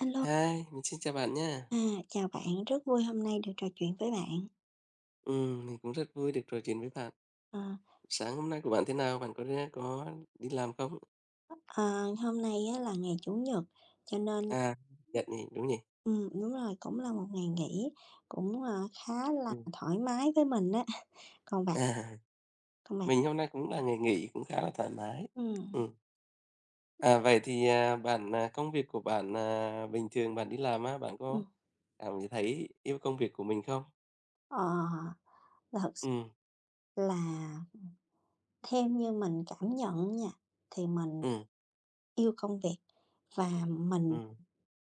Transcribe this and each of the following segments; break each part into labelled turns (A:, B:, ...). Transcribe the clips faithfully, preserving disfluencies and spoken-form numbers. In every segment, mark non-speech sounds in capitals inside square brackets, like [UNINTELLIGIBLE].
A: Alo,
B: Hi, mình xin chào bạn nha.
A: à, chào bạn, rất vui hôm nay được trò chuyện với bạn.
B: Ừm, mình cũng rất vui được trò chuyện với bạn.
A: Ờ,
B: Sáng hôm nay của bạn thế nào? Bạn có ra có đi làm không?
A: ờ, hôm nay á, là ngày Chủ nhật, cho nên là
B: À, Nhật nhỉ, đúng nhỉ?
A: ừm, đúng rồi, cũng là một ngày nghỉ, cũng, ờ, khá là
B: Ừm.
A: thoải mái với mình á. [LAUGHS] Còn bạn,
B: À, [LAUGHS]
A: còn bạn?
B: mình hôm nay cũng là ngày nghỉ cũng khá là thoải mái.
A: Ừ.
B: Ừm. À, vậy thì, à, bạn, à, công việc của bạn, à, bình thường bạn đi làm á, bạn
A: ừm,
B: có cảm thấy yêu công việc của mình không?
A: ờ, là thực s
B: Ừm,
A: là, Theo như mình cảm nhận nha, thì mình
B: ừm,
A: yêu công việc và mình
B: ừm,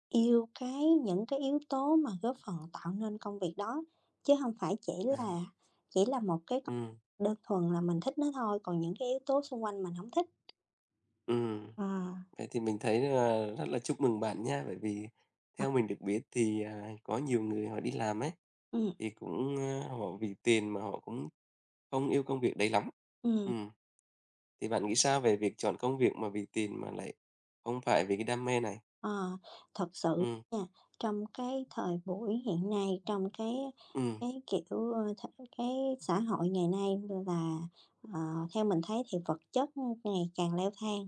A: yêu cái những cái yếu tố mà góp phần tạo nên công việc đó, chứ hông phải chỉ
B: à,
A: là chỉ là một cái công
B: ừm,
A: đơn thuần là mình thích nó thôi, còn những cái yếu tố xung quanh mình hổng thích.
B: ừm.
A: À.
B: Vậy thì mình thấy là rất là chúc mừng bạn nha, bởi vì
A: Ờ,
B: theo mình được biết thì, à, có nhiều người họ đi làm ấy
A: ừm,
B: thì cũng, ơ, họ vì tiền mà họ cũng không yêu công việc đấy lắm.
A: ừm.
B: Ừm, thì bạn nghĩ sao về việc chọn công việc mà vì tiền mà lại không phải vì cái đam mê này?
A: Ờ, Thật sự
B: Ừm,
A: nha, trong cái thời buổi hiện nay, trong cái
B: ừm,
A: cái, kiểu, ơ, th cái xã hội ngày nay là, ờ, theo mình thấy thì vật chất ngày càng leo thang,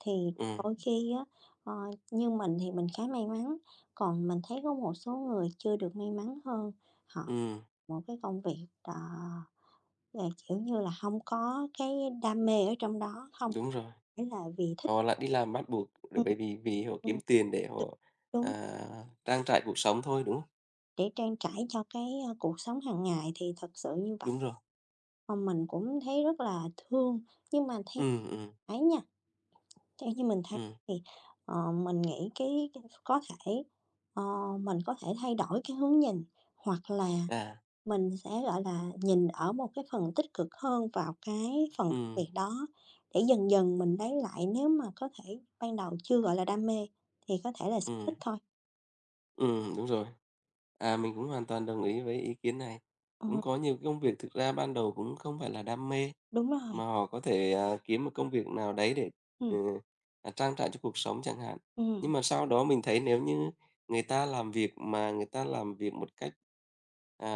A: thì
B: ừm,
A: đôi khi á, ờ, như mình thì mình khá may mắn, còn mình thấy có một số người chưa được may mắn hơn, họ
B: ừm,
A: một cái công việc, ờ, ờ, kiểu như là, không có cái đam mê ở trong đó, không
B: đúng rồi,
A: phải là vì thích.
B: họ lại đi làm bắt buộc để
A: Ừm,
B: bởi vì vì họ kiếm
A: ừm,
B: tiền để họ,
A: đúng.
B: à, trang trải cuộc sống thôi, đúng không?
A: Để trang trải cho cái, a, cuộc sống hàng ngày thì thật sự như vậy,
B: Đúng rồi.
A: mà mình cũng thấy rất là thương. Nhưng mà theo
B: Ừm, ừm,
A: ấy nha, theo như mình thấy
B: ừm,
A: thì, ờ, mình nghĩ cái cái có thể, ờ, mình có thể thay đổi cái hướng nhìn, hoặc là
B: à,
A: mình sẽ, gọi là, nhìn ở một cái phần tích cực hơn vào cái phần công
B: ừm,
A: việc đó, để dần dần mình lấy lại. Nếu mà có thể ban đầu chưa, gọi là, đam mê thì có thể là sở
B: ừm,
A: thích thôi.
B: ừm, đúng rồi. À, mình cũng hoàn toàn đồng ý với ý kiến này. Cũng
A: Ừm,
B: có nhiều cái công việc thực ra ban đầu cũng không phải là đam mê.
A: đúng rồi,
B: Mà họ có thể, à, kiếm một công việc nào đấy để, ừ,
A: ừ,
B: à, trang trải cho cuộc sống chẳng hạn.
A: ừ,
B: Nhưng mà sau đó mình thấy nếu như người ta làm việc mà người ta làm việc một cách, à,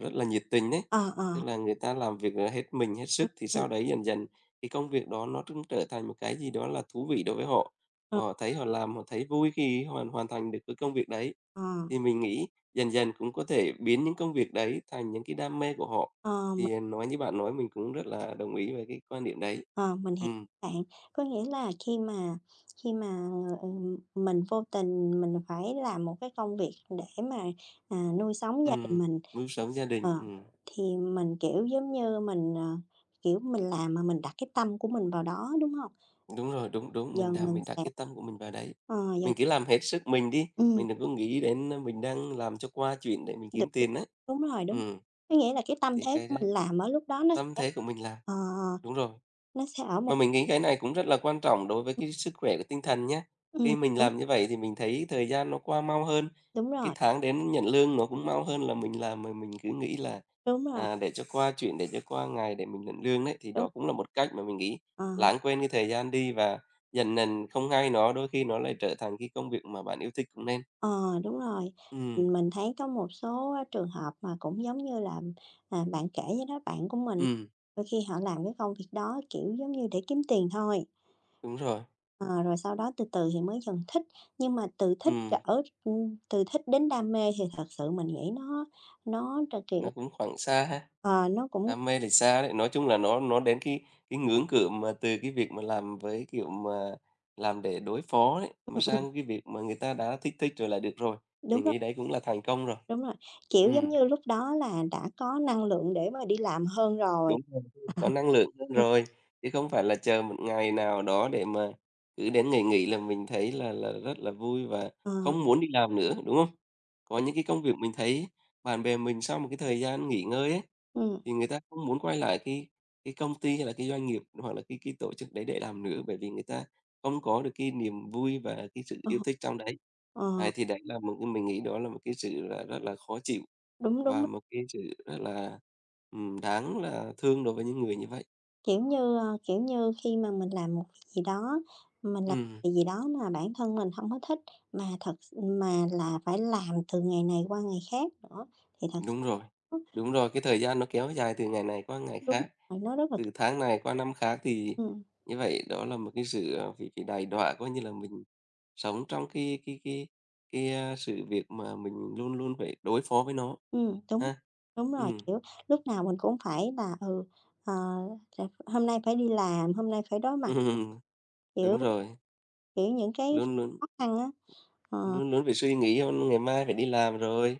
B: rất là nhiệt tình đấy,
A: ờ,
B: tức
A: ờ,
B: là người ta làm việc, à, hết mình, hết
A: ừm,
B: sức thì
A: ừm,
B: sau đấy dần dần cái công việc đó nó cũng trở thành một cái gì đó là thú vị đối với họ.
A: ờ.
B: Và họ thấy họ làm, họ thấy vui khi hoàn hoàn thành được cái công việc đấy.
A: Ờ,
B: Thì mình nghĩ dần dần cũng có thể biến những công việc đấy thành những cái đam mê của họ.
A: ờ, m
B: Thì à, nói như bạn nói mình cũng rất là đồng ý về cái quan điểm đấy.
A: ờ, mình hiểu
B: Ừm,
A: bạn. Có nghĩa là khi mà khi mà, ừm, mình vô tình mình phải làm một cái công việc để mà, à, nuôi sống gia đình
B: ừm,
A: mình,
B: mưu sống gia
A: ờ,
B: đình, ừm,
A: thì mình, kiểu, giống như mình, ờ, kiểu, mình làm mà mình đặt cái tâm của mình vào đó, đúng hông?
B: đúng rồi, đúng, đúng, mình
A: Dần
B: đã
A: mình
B: mình đã
A: sẽ,
B: cái tâm của mình vào đấy.
A: ờ, dần,
B: Mình cứ làm hết sức mình đi,
A: ừm,
B: mình đừng có nghĩ đến, à, mình đang làm cho qua chuyện để mình
A: được,
B: kiếm tiền đấy.
A: đúng rồi, đúng rồi.
B: Ừm,
A: Có nghĩa là cái tâm
B: thì
A: thế
B: cái
A: của
B: đấy,
A: mình làm ở lúc đó nó
B: tâm
A: sẽ,
B: thế của mình là
A: ờ,
B: đúng rồi.
A: nó sẽ ở một.
B: Mà mình nghĩ cái này cũng rất là quan trọng đối với cái sức khỏe của tinh thần nhé.
A: Ừm,
B: Khi mình
A: đúng,
B: làm như vậy thì mình thấy thời gian nó qua mau hơn,
A: đúng
B: cái
A: rồi,
B: tháng đến nhận lương nó cũng mau hơn là mình làm mà mình cứ nghĩ là,
A: đúng rồi,
B: à, để cho qua chuyện, để cho qua ngày để mình nhận lương đấy, thì
A: đúng,
B: đó cũng là một cách mà mình nghĩ
A: ờ.
B: lãng quên cái thời gian đi và dần dần không hay nó, đôi khi nó lại trở thành cái công việc mà bạn yêu thích cũng nên.
A: Ờ, đúng rồi.
B: Ừ,
A: Mình thấy có một số á trường hợp mà cũng giống như là, à, bạn kể với đó, bạn của mình
B: ừ,
A: đôi khi họ làm cái công việc đó, kiểu, giống như để kiếm tiền thôi,
B: đúng rồi,
A: ờ, rồi sau đó từ từ thì mới dần thích. Nhưng mà từ thích
B: ừ,
A: trở từ thích đến đam mê thì thật sự mình nghĩ nó nó tr kiểu,
B: nó cũng khoảng xa ha.
A: ờ, nó cũng.
B: Đam mê thì xa đấy, nói chung là nó nó đến cái cái ngưỡng cửa mà từ cái việc mà làm với, kiểu mà, làm để đối phó đấy mà
A: Ừm, ừm,
B: sang cái việc mà người ta đã thích thích rồi là được rồi.
A: đúng
B: Mình
A: rồi,
B: nghĩ đấy cũng là thành công rồi.
A: đúng rồi, kiểu, giống
B: Ừm.
A: như lúc đó là đã có năng lượng để mà đi làm hơn rồi.
B: Đúng rồi, có năng lượng hơn
A: Ừm,
B: rồi, chứ không phải là chờ một ngày nào đó để mà cứ đến ngày nghỉ là mình thấy là là rất là vui và
A: ờ,
B: không muốn đi làm nữa, đúng không? Có những cái công việc mình thấy bạn bè mình sau một cái thời gian nghỉ ngơi ấy,
A: ừm,
B: thì người ta không muốn quay lại cái cái công ty hay là cái doanh nghiệp hoặc là cái cái tổ chức đấy để làm nữa, bởi vì người ta không có được cái niềm vui và cái sự
A: ờ,
B: yêu thích trong đấy.
A: ờ,
B: Đấy, thì đấy là một cái mình nghĩ đó là một cái sự là rất là khó chịu
A: đúng, đúng.
B: và một cái sự rất là, ừm, đáng là thương đối với những người như vậy.
A: Kiểu như, ờ, kiểu như, khi mà mình làm một việc gì đó, mình làm
B: Ừm,
A: việc gì đó mà bản thân mình không có thích, mà thật mà là phải làm từ ngày này qua ngày khác nữa thì thật s
B: đúng rồi, đúng rồi, cái thời gian nó kéo dài từ ngày này qua ngày
A: đúng
B: khác,
A: rồi, nó rất là.
B: từ tháng này qua năm khác thì
A: Ừm,
B: như vậy đó là một cái sự, à, bị bị đày đọa, coi như là mình sống trong cái cái cái cái, a, sự việc mà mình luôn luôn phải đối phó với nó
A: ừm, đúng,
B: ha.
A: đúng rồi,
B: Ừm,
A: kiểu, lúc nào mình cũng phải là, ừ, ờ, r hôm nay phải đi làm, hôm nay phải đối mặt,
B: [LAUGHS]
A: kiểu,
B: đúng rồi.
A: kiểu, những cái
B: Luôn luôn
A: khó khăn á. Ờ,
B: luôn luôn phải suy nghĩ hôm ngày mai phải đi làm rồi,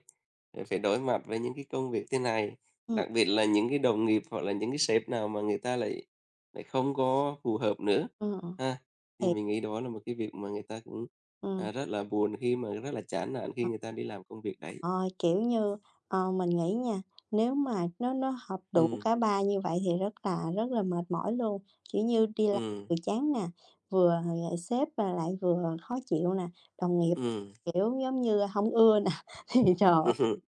B: rồi phải đối mặt với những cái công việc thế này.
A: ừ,
B: Đặc biệt là những cái đồng nghiệp hoặc là những cái sếp nào mà người ta lại lại không có phù hợp nữa,
A: ừm,
B: ha. Thì
A: thì
B: mình nghĩ đó là một cái việc mà người ta cũng,
A: ừm.
B: à, rất là buồn khi mà rất là chán nản khi người ta đi làm công việc đấy.
A: Ờ, Kiểu như, ờ, mình nghĩ nha, nếu mà nó nó hợp đủ
B: Ừm,
A: cả ba như vậy thì rất là rất là mệt mỏi luôn, kiểu như, đi làm
B: ừm,
A: vừa chán nè, vừa, ờ, sếp, và lại vừa khó chịu nè, đồng nghiệp,
B: ừm.
A: kiểu, giống như, không ưa nè, [LAUGHS] thì trời ơi,
B: [LAUGHS]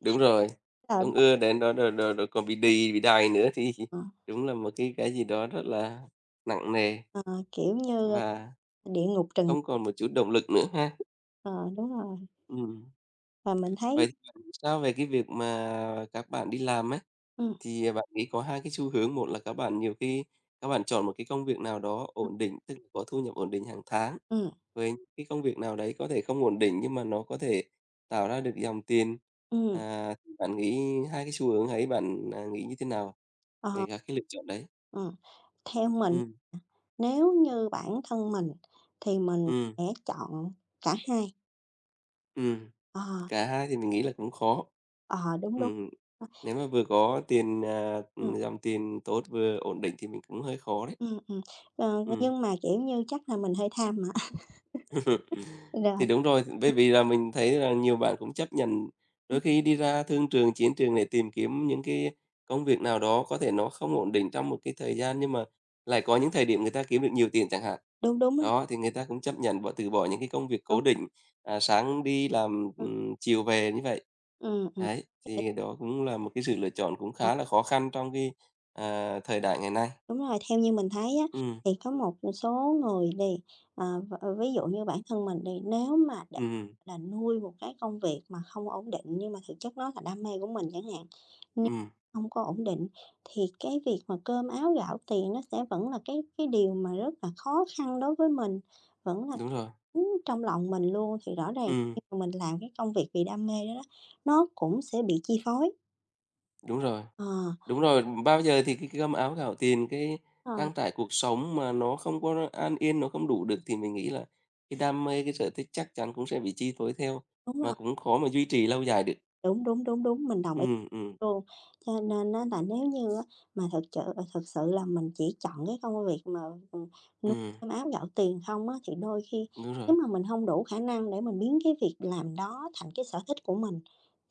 B: Đúng rồi,
A: trời
B: không
A: đất.
B: ưa đến đó rồi rồi rồi còn bị đì, bị đày nữa thì
A: ờ,
B: [LAUGHS] đúng là một cái cái gì đó rất là nặng nề
A: ờ, Kiểu như,
B: và
A: địa ngục trần.
B: không còn một chút động lực nữa ha.
A: ờ, Đúng rồi,
B: Ừm.
A: và mình thấy.
B: Vậy thì bạn nghĩ sao về cái việc mà các bạn đi làm ấy?
A: Ừm,
B: Thì à, bạn nghĩ có hai cái xu hướng, một là các bạn nhiều khi các bạn chọn một cái công việc nào đó
A: ừm,
B: ổn định, tức là có thu nhập ổn định hàng tháng,
A: ừm,
B: với những cái công việc nào đấy có thể không ổn định nhưng mà nó có thể tạo ra được dòng tiền.
A: ừm,
B: À, thì bạn nghĩ hai cái xu hướng ấy bạn, à, nghĩ như thế nào
A: ờ,
B: về các cái lựa chọn đấy?
A: ờ. Theo mình,
B: Ừm,
A: nếu như bản thân mình thì mình
B: ừm,
A: sẽ chọn cả hai.
B: ừm.
A: Ờ,
B: Cả hai thì mình nghĩ là cũng khó.
A: ờ, đúng, đúng.
B: Ừm,
A: Ơ,
B: nếu mà vừa có tiền, à,
A: ừm,
B: dòng tiền tốt vừa ổn định thì mình cũng hơi khó đấy.
A: ừm, ừm, ờ,
B: Ừm.
A: nhưng mà, kiểu như, chắc là mình hơi tham mà. [LAUGHS]
B: [LAUGHS]
A: Rồi,
B: Thì đúng rồi, bởi
A: ừm,
B: vì là mình thấy là nhiều bạn cũng chấp nhận đôi
A: ừm,
B: khi đi ra thương trường, chiến trường để tìm kiếm những cái công việc nào đó có thể nó không ổn định trong một cái thời gian, nhưng mà lại có những thời điểm người ta kiếm được nhiều tiền chẳng hạn.
A: đúng, đúng rồi,
B: Đó, thì người ta cũng chấp nhận bỏ từ bỏ những cái công việc
A: đúng,
B: cố định, à, sáng đi làm,
A: ừm,
B: ừm, chiều về như vậy.
A: ừm, ừm.
B: Đấy,
A: [UNINTELLIGIBLE]
B: thì đó cũng là một cái sự lựa chọn cũng khá là khó khăn trong cái, à, thời đại ngày nay.
A: Đúng rồi, theo như mình thấy á,
B: Ừm,
A: thì có một số người đi, à, v ờ, ví dụ như bản thân mình đi, nếu mà để
B: ừm,
A: là nuôi một cái công việc mà không ổn định nhưng mà thực chất nó là đam mê của mình chẳng hạn, nhưng
B: ừm,
A: không có ổn định thì cái việc mà cơm áo gạo tiền nó sẽ vẫn là cái cái điều mà rất là khó khăn đối với mình, vẫn là
B: đúng rồi,
A: cứng trong lòng mình luôn. Thì rõ ràng
B: ừm,
A: khi mà mình làm cái công việc vì đam mê đó đó, nó cũng sẽ bị chi phối.
B: đúng rồi.
A: Ờ,
B: Đúng rồi, bao giờ thì cái cái cơm áo gạo tiền, cái
A: đúng rồi,
B: trang trải cuộc sống mà nó không có an yên, nó không đủ được thì mình nghĩ là cái đam mê, cái sở thích chắc chắn cũng sẽ bị chi phối theo,
A: đúng
B: mà
A: rồi.
B: cũng khó mà duy trì lâu dài được.
A: Đúng, đúng, đúng, đúng, mình đồng ý
B: Ừm, ừm,
A: luôn. Cho nên á là nếu như á mà thực chợ thực sự là mình chỉ chọn cái công việc mà, ừm, nuôi
B: ừm,
A: cơm áo gạo tiền không á, thì đôi khi
B: đúng rồi.
A: nếu mà mình hông đủ khả năng để mình biến cái việc làm đó thành cái sở thích của mình,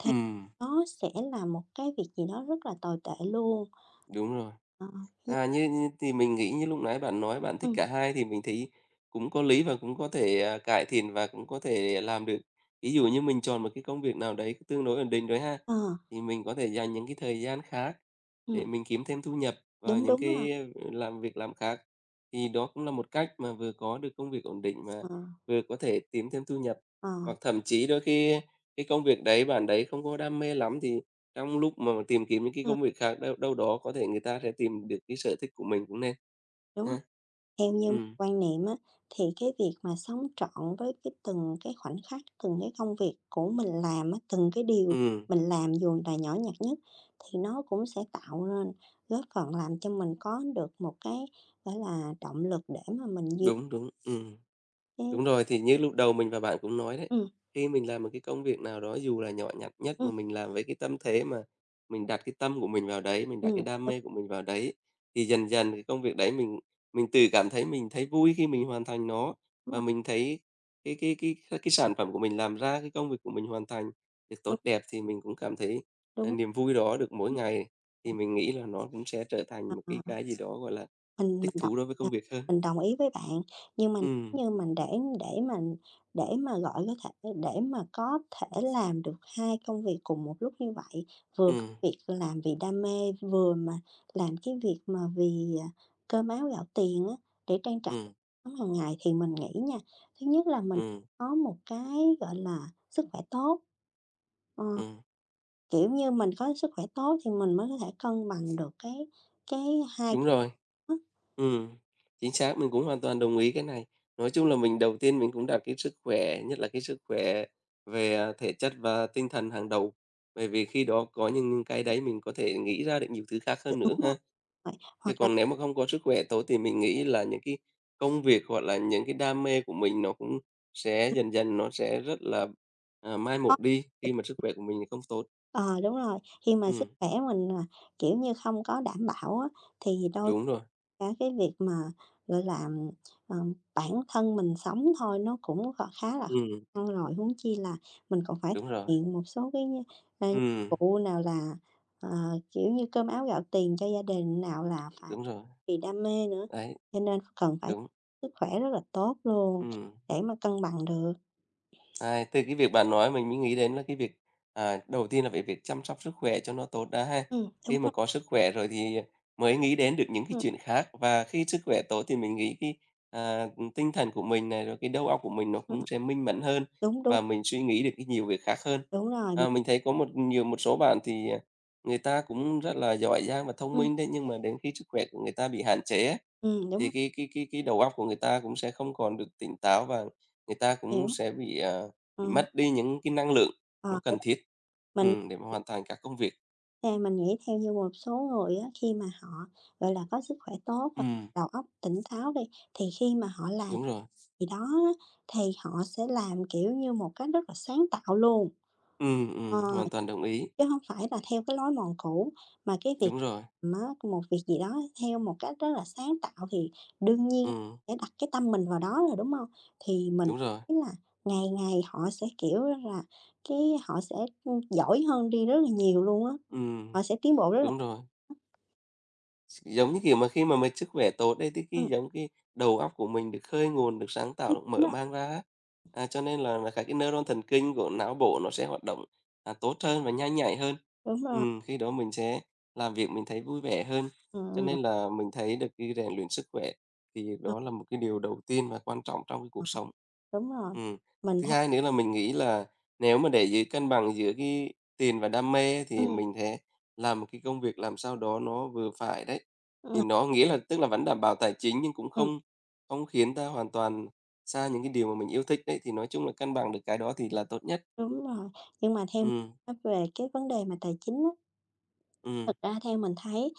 A: thì
B: Ừm,
A: nó sẽ là một cái việc gì đó rất là tồi tệ luôn.
B: đúng rồi.
A: Ờ, yeah,
B: À, như như thì mình nghĩ như lúc nãy bạn nói bạn thích
A: ừm,
B: cả hai thì mình thấy cũng có lý và cũng có thể, à, cải thiện và cũng có thể làm được. Ví dụ như mình chọn một cái công việc nào đấy tương đối ổn định rồi ha,
A: ờ,
B: thì mình có thể dành những cái thời gian khác
A: ừm,
B: để mình kiếm thêm thu nhập và
A: đúng,
B: những
A: đúng rồi,
B: cái, ờ, làm việc làm khác. Thì đó cũng là một cách mà vừa có được công việc ổn định mà
A: ờ,
B: vừa có thể kiếm thêm thu nhập.
A: ờ,
B: Hoặc thậm chí đôi khi cái công việc đấy bạn đấy không có đam mê lắm thì trong lúc mà tìm kiếm những cái
A: ừm,
B: công việc khác đâu đâu đó có thể người ta sẽ tìm được cái sở thích của mình cũng nên
A: đúng.
B: ha.
A: Theo như
B: Ừm,
A: quan niệm á, thì cái việc mà sống trọn với cái từng cái khoảnh khắc, từng cái công việc của mình làm á, từng cái điều
B: ừm,
A: mình làm dù là nhỏ nhặt nhất thì nó cũng sẽ tạo nên, góp phần làm cho mình có được một cái, gọi là, động lực để mà mình duy
B: đúng, đúng, ừm.
A: cái.
B: Đúng rồi, thì như lúc đầu mình và bạn cũng nói đấy,
A: Ừ,
B: khi mình làm một cái công việc nào đó dù là nhỏ nhặt nhất
A: ừ,
B: mà mình làm với cái tâm thế mà mình đặt cái tâm của mình vào đấy, mình đặt cái
A: ừm,
B: đam
A: đúng
B: mê của mình vào đấy, thì dần dần cái công việc đấy mình mình tự cảm thấy mình thấy vui khi mình hoàn thành nó
A: rồi,
B: và mình thấy cái cái cái cái, cái sản phẩm của mình làm ra, cái công việc của mình hoàn thành được
A: đúng,
B: tốt đẹp thì mình cũng cảm thấy à,
A: đúng,
B: niềm vui đó được mỗi ngày thì mình nghĩ là nó cũng sẽ trở thành một cái
A: ờ.
B: cái gì đó gọi là
A: Mình mình
B: thích
A: đồng
B: thú đối với
A: nha,
B: công việc hơn.
A: mình đồng ý với bạn, nhưng mà
B: Ừ,
A: nếu như mình để để mình để mà, gọi, có thể để mà có thể làm được hai công việc cùng một lúc như vậy, vừa
B: ừ,
A: có việc làm vì đam mê, vừa mà làm cái việc mà vì, à, cơm áo gạo tiền á, để trang trải
B: ừ,
A: sống hàng ngày thì mình nghĩ nha, thứ nhất là mình
B: ừ.
A: có một cái, gọi là, sức khỏe tốt. Ờ,
B: Ừm,
A: Kiểu như, mình có sức khỏe tốt thì mình mới có thể cân bằng được cái cái hai
B: đúng rồi,
A: cái
B: ừm, chính xác, mình cũng hoàn toàn đồng ý cái này. Nói chung là mình đầu tiên mình cũng đặt cái sức khỏe, nhất là cái sức khỏe về, à, thể chất và tinh thần hàng đầu, bởi vì khi đó có những những cái đấy mình có thể nghĩ ra được nhiều thứ khác hơn
A: đúng
B: nữa
A: rồi.
B: ha.
A: Rồi, hoặc
B: Chứ
A: là
B: còn nếu mà không có sức khỏe tốt thì mình nghĩ là những cái công việc hoặc là những cái đam mê của mình nó cũng sẽ dần dần nó sẽ rất là, à, mai
A: có.
B: một đi khi mà sức khỏe của mình không tốt.
A: ờ, Đúng rồi, khi mà sức
B: Ừm,
A: khỏe mình, à, kiểu như, không có đảm bảo á, thì đôi
B: đúng
A: khi
B: rồi,
A: cả cái việc mà, gọi là, ờ, bản thân mình sống thôi nó cũng kh khá là khó
B: ừm,
A: khăn rồi, huống chi là mình còn phải thực
B: đúng rồi,
A: hiện một số cái, a,
B: ừm,
A: vụ nào là, ờ, kiểu như, cơm áo gạo tiền cho gia đình, nào là phải
B: đúng rồi,
A: vì đam mê nữa,
B: đấy,
A: cho nên cần phải
B: đúng.
A: sức khỏe rất là tốt luôn
B: Ừ.
A: để mà cân bằng được.
B: À, từ cái việc bạn nói mình mới nghĩ đến là cái việc, à, đầu tiên là phải việc chăm sóc sức khỏe cho nó tốt đã ha.
A: Ừm, đúng
B: Khi mà
A: rồi,
B: có sức khỏe rồi thì, à, mới nghĩ đến được những cái
A: ừm,
B: chuyện khác, và khi sức khỏe tốt thì mình nghĩ cái, à, tinh thần của mình này, rồi cái đầu óc của mình nó cũng
A: ừm,
B: sẽ minh mẫn hơn
A: đúng, đúng.
B: và mình suy nghĩ được cái nhiều việc khác hơn.
A: Đúng rồi, mình
B: À, mình thấy có một nhiều một số bạn thì, à, người ta cũng rất là giỏi giang và thông
A: ừm,
B: minh đấy, nhưng mà đến khi sức khỏe của người ta bị hạn chế á,
A: ừm, đúng
B: thì cái cái cái cái đầu óc của người ta cũng sẽ không còn được tỉnh táo và người ta cũng
A: hiểu.
B: sẽ bị, à.
A: Ờ,
B: Bị mất đi những cái năng lượng
A: ờ,
B: nó cần
A: đúng,
B: thiết,
A: mình
B: ừm, để mà hoàn thành các công việc.
A: theo mình nghĩ theo như một số người á, khi mà họ, gọi là, có sức khỏe tốt và
B: Ừm,
A: đầu óc tỉnh táo đi, thì khi mà họ làm
B: đúng rồi.
A: gì đó á, thì họ sẽ làm, kiểu như, một cách rất là sáng tạo luôn.
B: Ừm,
A: Ờ.
B: ừm, hoàn toàn đồng ý.
A: Chứ không phải là theo cái lối mòn cũ, mà cái việc
B: Đúng rồi.
A: á một việc gì đó theo một cách rất là sáng tạo thì đương nhiên
B: Ừm,
A: sẽ đặt cái tâm mình vào đó rồi, đúng hông? Thì mình
B: đúng rồi.
A: thấy là ngày ngày họ sẽ, kiểu là, cái họ sẽ, ưm, giỏi hơn đi rất là nhiều luôn á,
B: Ừm,
A: họ sẽ tiến bộ rất là.
B: đúng rồi. Giống như kiểu mà khi mà mình sức khỏe tốt ấy, thì cái
A: Ừm,
B: giống cái đầu óc của mình được khơi nguồn, được sáng tạo, được
A: đúng
B: mở
A: rồi,
B: mang ra á. À, cho nên là là các cái neuron thần kinh của não bộ nó sẽ hoạt động, à, tốt hơn và nhanh nhạy hơn.
A: đúng rồi,
B: Ừm, khi đó mình sẽ làm việc mình thấy vui vẻ hơn.
A: ừm,
B: Cho
A: ừm,
B: nên là mình thấy được cái rèn luyện sức khỏe thì
A: ờ,
B: đó là một cái điều đầu tiên và quan trọng trong cái
A: ờ,
B: cuộc sống.
A: đúng rồi.
B: Ừm.
A: Mình
B: Thứ
A: thấy
B: hai nữa là mình nghĩ là nếu mà để giữ cân bằng giữa cái tiền và đam mê thì
A: ừm,
B: mình sẽ làm một cái công việc làm sao đó nó vừa phải đấy. Thì
A: ừm,
B: nó nghĩa là tức là vẫn đảm bảo tài chính nhưng cũng
A: ừm,
B: không không khiến ta hoàn toàn xa những cái điều mà mình yêu thích đấy, thì nói chung là cân bằng được cái đó thì là tốt nhất.
A: đúng rồi. Nhưng mà theo
B: Ừ
A: á về cái vấn đề mà tài chính á,
B: ừ
A: thực ra theo mình thấy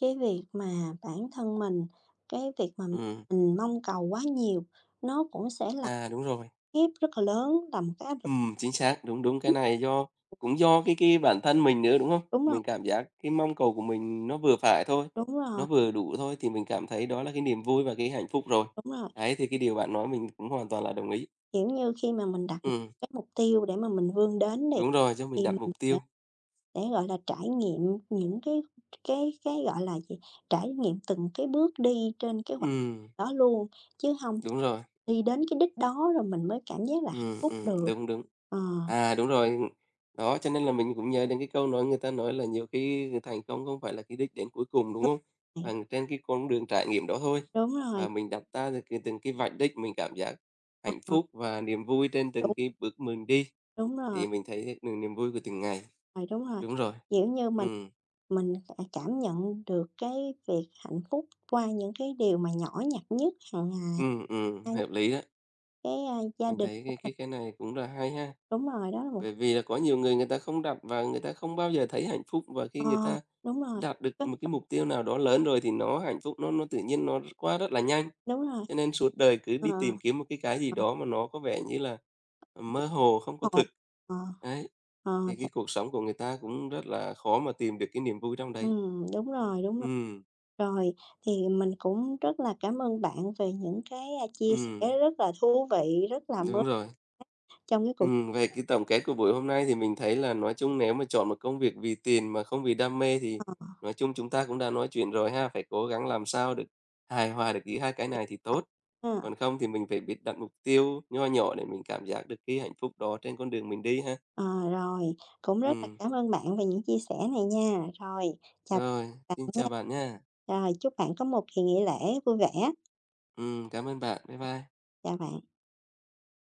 A: cái việc mà bản thân mình, cái việc mà
B: ừ.
A: mình mong cầu quá nhiều nó cũng sẽ là
B: À, đúng rồi.
A: ép rất là lớn, là một cái áp
B: Ừ
A: lực
B: chính xác, đúng, đúng, cái
A: lớn.
B: này do cũng do cái cái bản thân mình nữa, đúng không?
A: Đúng rồi,
B: Mình cảm giác cái mong cầu của mình nó vừa phải thôi,
A: đúng rồi,
B: nó vừa đủ thôi thì mình cảm thấy đó là cái niềm vui và cái hạnh phúc rồi.
A: đúng rồi,
B: Đấy, thì cái điều bạn nói mình cũng hoàn toàn là đồng ý.
A: kiểu như, khi mà mình đặt một
B: Ừ
A: cái mục tiêu để mà mình vươn đến đi,
B: đúng rồi, cho mình
A: thì
B: đặt
A: mình
B: mục
A: sẽ
B: tiêu.
A: sẽ, gọi là, trải nghiệm những cái cái cái, gọi là gì, trải nghiệm từng cái bước đi trên cái hoạch
B: Ừ
A: đó luôn, chứ không
B: đúng rồi.
A: đi đến cái đích đó rồi mình mới cảm giác là hạnh
B: Ừm,
A: phúc
B: ừm,
A: được.
B: đúng, đúng.
A: Ờ.
B: À, đúng rồi. Đó, cho nên là mình cũng nhớ đến cái câu nói người ta nói là nhiều khi thành công không phải là cái đích đến cuối cùng, đúng
A: Lúc
B: không?
A: này
B: Và trên cái con đường trải nghiệm đó thôi.
A: đúng rồi,
B: Và mình đặt ra được cái từng cái vạch đích, mình cảm giác
A: ờ,
B: hạnh phúc và niềm vui trên từng
A: đúng,
B: cái bước mình đi,
A: đúng rồi,
B: thì mình thấy được niềm vui của từng ngày.
A: rồi, đúng rồi.
B: Đúng rồi.
A: Kiểu như, mình
B: Ừm,
A: mình sẽ cảm nhận được cái việc hạnh phúc qua những cái điều mà nhỏ nhặt nhất hàng ngày,
B: ừm, ừm,
A: qua những
B: hợp lý đó.
A: cái, a, gia
B: Mình
A: đình
B: thấy
A: của
B: cái
A: mình.
B: cái cái này cũng là hay ha.
A: Đúng rồi, đó là một,
B: Bởi vì là có nhiều người người ta không đặt và người ta không bao giờ thấy hạnh phúc và khi người
A: ờ,
B: ta
A: đúng rồi,
B: đạt được
A: đúng
B: một cái
A: rồi,
B: mục tiêu nào đó lớn rồi thì nó hạnh phúc nó nó tự nhiên nó qua rất là nhanh.
A: đúng rồi.
B: Cho nên suốt đời cứ
A: Ờ,
B: đi tìm kiếm một cái cái gì
A: ờ,
B: đó mà nó có vẻ như là
A: kiểu
B: mơ hồ, không có
A: hồn
B: thực.
A: ờ,
B: Đấy,
A: ờ,
B: thì
A: th
B: cái cuộc sống của người ta cũng rất là khó mà tìm được cái niềm vui trong đấy.
A: Ừm, đúng rồi, đúng rồi.
B: Ừm,
A: Rồi, thì mình cũng rất là cảm ơn bạn về những cái, a, chia
B: ừm,
A: sẻ rất là thú vị, rất là mới.
B: đúng rồi.
A: Trong cái cuộc
B: Ừm, về cái tổng kết của buổi hôm nay thì mình thấy là nói chung nếu mà chọn một công việc vì tiền mà không vì đam mê thì
A: họp
B: nói chung chúng ta cũng đã nói chuyện rồi ha, phải cố gắng làm sao được hài hòa được giữa hai cái này thì
A: à,
B: tốt. Còn không thì mình phải biết đặt mục tiêu nho nhỏ để mình cảm giác được cái hạnh phúc đó trên con đường mình đi ha.
A: ờ, rồi, cũng rất là
B: Ừm,
A: cảm ơn bạn về những chia sẻ này nha. Rồi, chào
B: rồi,
A: bạn
B: xin
A: nha.
B: chào bạn nha.
A: Rồi, chúc bạn có một kỳ nghỉ lễ vui vẻ.
B: Ừm, cảm ơn bạn. Bye bye.
A: Chào bạn.